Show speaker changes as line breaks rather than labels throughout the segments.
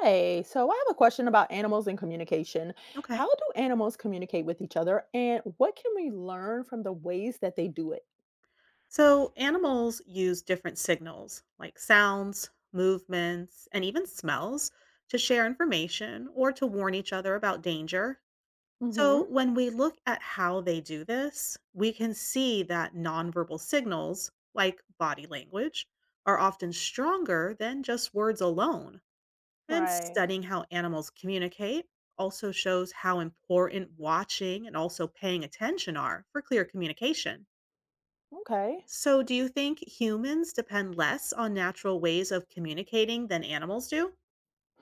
Hey, so I have a question about animals and communication.
Okay.
How do animals communicate with each other, and what can we learn from the ways that they do it?
So animals use different signals like sounds, movements, and even smells to share information or to warn each other about danger. So
Mm-hmm.
when we look at how they do this, we can see that nonverbal signals like body language are often stronger than just words alone. And
Right.
studying how animals communicate also shows how important watching and also paying attention are for clear communication.
Okay.
So, do you think humans depend less on natural ways of communicating than animals do?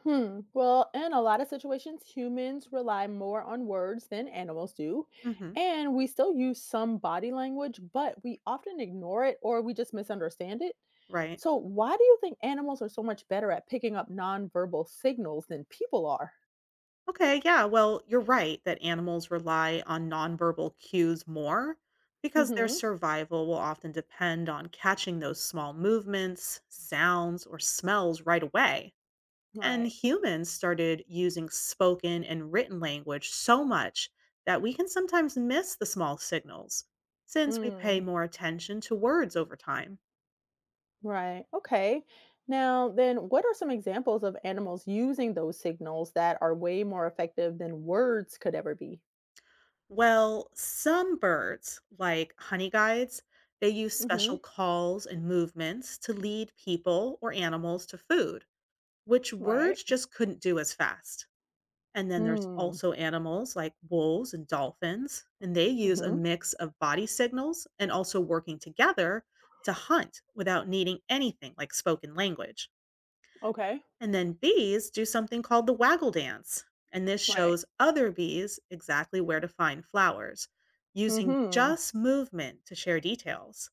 Hmm. Well, in a lot of situations, humans rely more on words than animals do.
hmm
And we still use some body language, but we often ignore it or we just misunderstand it.
Right.
So, why do you think animals are so much better at picking up nonverbal signals than people are?
Okay. Yeah. Well, you're right that animals rely on nonverbal cues more because their
Mm-hmm.
survival will often depend on catching those small movements, sounds, or smells right away. And
Right.
humans started using spoken and written language so much that we can sometimes miss the small signals since we pay more attention to words over time.
Right. Okay. Now, then, what are some examples of animals using those signals that are way more effective than words could ever be?
Well, some birds, like honey guides, they use
Mm-hmm.
special calls and movements to lead people or animals to food, which
Right.
words just couldn't do as fast. And then there's
Hmm.
also animals like wolves and dolphins, and they use a
Mm-hmm.
mix of body signals and also working together to hunt without needing anything like spoken language.
Okay.
And then bees do something called the waggle dance, and this
Right.
shows other bees exactly where to find flowers using
Mm-hmm.
just movement to share details.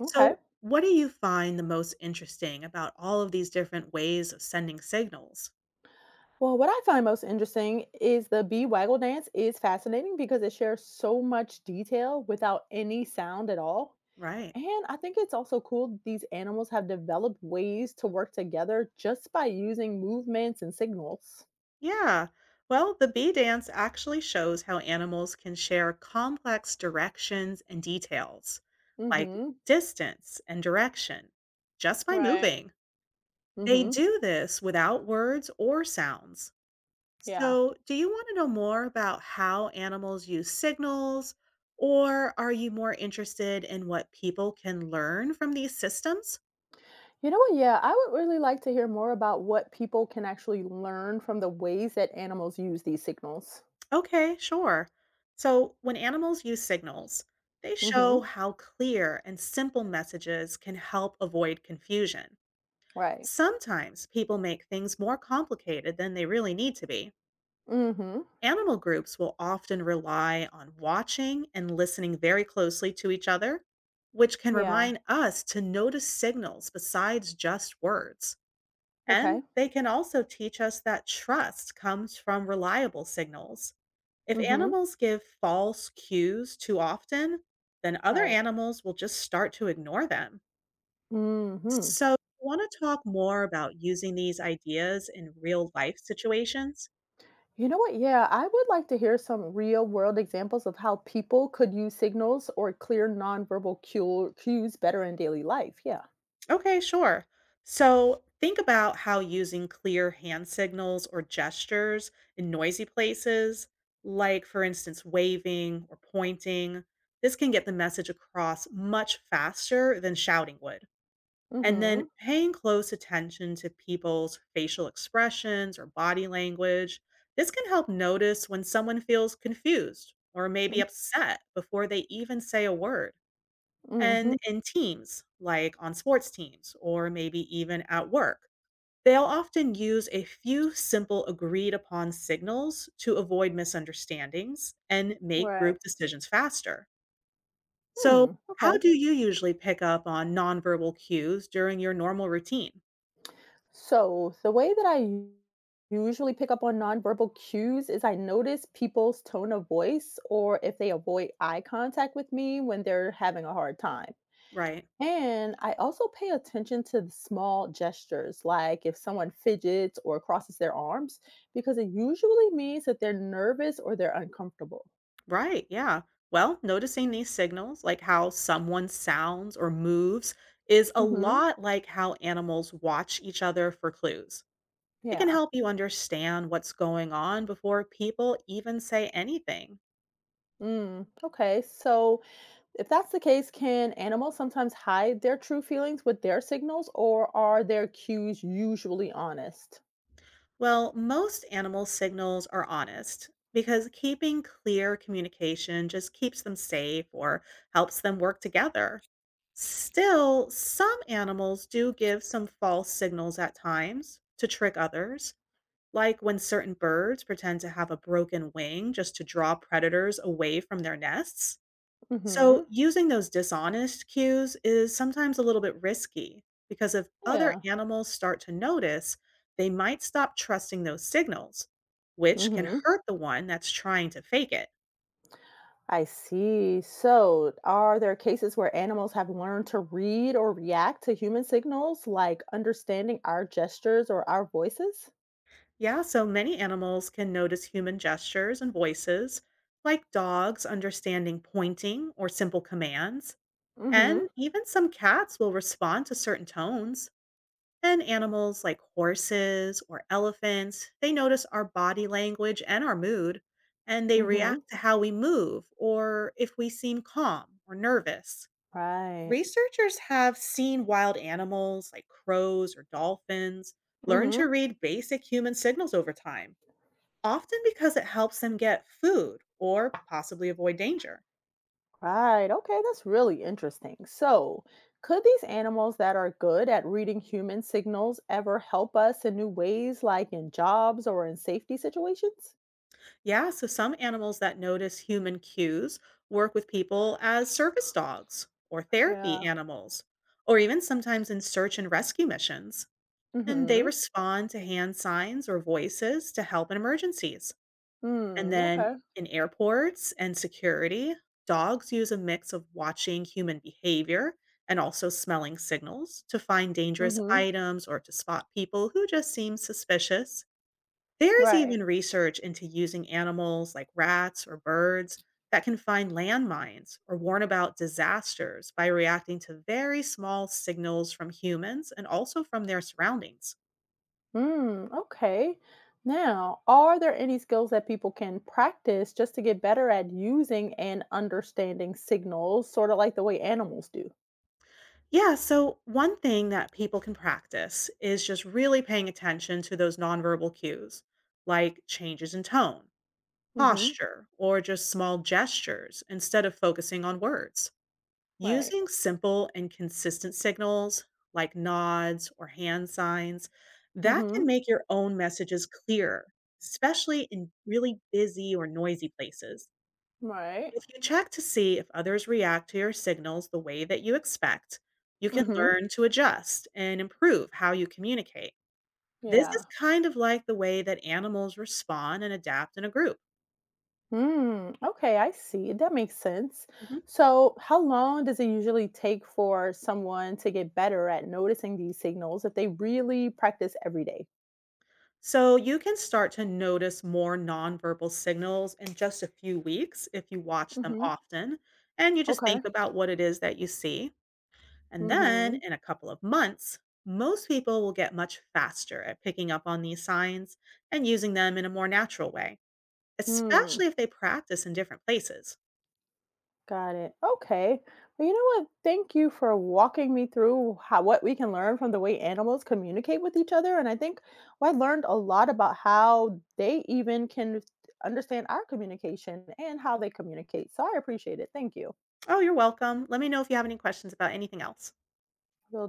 Okay.
So, what do you find the most interesting about all of these different ways of sending signals?
Well, what I find most interesting is the bee waggle dance is fascinating because it shares so much detail without any sound at all.
Right.
And I think it's also cool that these animals have developed ways to work together just by using movements and signals.
Yeah. Well, the bee dance actually shows how animals can share complex directions and details, like
Mm-hmm.
distance and direction, just by
Right.
moving. They
Mhm.
do this without words or sounds.
Yeah.
So, do you want to know more about how animals use signals, or are you more interested in what people can learn from these systems?
You know what? Yeah, I would really like to hear more about what people can actually learn from the ways that animals use these signals.
Okay, sure. So, when animals use signals, they show
Mhm.
how clear and simple messages can help avoid confusion.
Right.
Sometimes people make things more complicated than they really need to be.
Mhm.
Animal groups will often rely on watching and listening very closely to each other, which can
Yeah.
remind us to notice signals besides just words. And
Okay.
they can also teach us that trust comes from reliable signals. If
Mhm.
animals give false cues too often, then other
Right.
animals will just start to ignore them.
Mhm.
So, I want to talk more about using these ideas in real life situations?
You know what? Yeah, I would like to hear some real-world examples of how people could use signals or clear cues better in daily life. Yeah.
Okay, sure. So think about how using clear hand signals or gestures in noisy places, like for instance, waving or pointing, this can get the message across much faster than shouting would. And then
Mhm.
paying close attention to people's facial expressions or body language. This can help notice when someone feels confused or maybe upset before they even say a word
Mhm.
and in teams, like on sports teams or maybe even at work. They'll often use a few simple agreed upon signals to avoid misunderstandings and make
Right.
group decisions faster. So,
Hmm.
how
Okay.
do you usually pick up on nonverbal cues during your normal routine?
So, the way that usually pick up on nonverbal cues is I notice people's tone of voice or if they avoid eye contact with me when they're having a hard time.
Right.
And I also pay attention to the small gestures, like if someone fidgets or crosses their arms, because it usually means that they're nervous or they're uncomfortable.
Right. Yeah. Well, noticing these signals, like how someone sounds or moves, is a
Hmm.
lot like how animals watch each other for clues. It can
Yeah.
help you understand what's going on before people even say anything.
Mm. Okay. So, if that's the case, can animals sometimes hide their true feelings with their signals, or are their cues usually honest?
Well, most animal signals are honest because keeping clear communication just keeps them safe or helps them work together. Still, some animals do give some false signals at times to trick others, like when certain birds pretend to have a broken wing just to draw predators away from their nests.
Hmm.
So, using those dishonest cues is sometimes a little bit risky because if other
Yeah.
animals start to notice, they might stop trusting those signals, which can
Hmm.
hurt the one that's trying to fake it.
I see. So, are there cases where animals have learned to read or react to human signals, like understanding our gestures or our voices?
Yeah, so many animals can notice human gestures and voices, like dogs understanding pointing or simple commands,
Hmm.
and even some cats will respond to certain tones. And animals like horses or elephants, they notice our body language and our mood, and they
Hmm.
react to how we move or if we seem calm or nervous.
Right.
Researchers have seen wild animals like crows or dolphins learn
Hmm.
to read basic human signals over time, often because it helps them get food or possibly avoid danger.
Right. Okay, that's really interesting. So, could these animals that are good at reading human signals ever help us in new ways, like in jobs or in safety situations?
Yeah, so some animals that notice human cues work with people as service dogs or therapy
Yeah.
animals, or even sometimes in search and rescue missions. And they
Mm-hmm.
respond to hand signs or voices to help in emergencies. And
Mm,
then
okay.
in airports and security, dogs use a mix of watching human behavior and also smelling signals to find dangerous
Mm-hmm.
items or to spot people who just seem suspicious. There is
Right.
even research into using animals like rats or birds that can find landmines or warn about disasters by reacting to very small signals from humans and also from their surroundings.
Mm, okay. Now, are there any skills that people can practice just to get better at using and understanding signals, sort of like the way animals do?
Yeah, so one thing that people can practice is just really paying attention to those nonverbal cues, like changes in tone,
Mm-hmm.
posture, or just small gestures instead of focusing on words.
Right.
Using simple and consistent signals like nods or hand signs, that
Mm-hmm.
can make your own messages clearer, especially in really busy or noisy places.
Right.
If you check to see if others react to your signals the way that you expect, you can
Mm-hmm.
learn to adjust and improve how you communicate. This
Yeah.
is kind of like the way that animals respond and adapt in a group.
Hmm. Okay, I see. That makes sense.
Mhm.
So, how long does it usually take for someone to get better at noticing these signals if they really practice every day?
So you can start to notice more nonverbal signals in just a few weeks if you watch them
Mm-hmm.
often and you just
Okay.
think about what it is that you see. And then
Mm-hmm.
in a couple of months, most people will get much faster at picking up on these signs and using them in a more natural way,
Hmm.
especially if they practice in different places.
Got it. Okay. Well, you know what? Thank you for walking me through how what we can learn from the way animals communicate with each other. And I think, well, I learned a lot about how they even can understand our communication and how they communicate. So I appreciate it. Thank you.
Oh, you're welcome. Let me know if you have any questions about anything else.
Really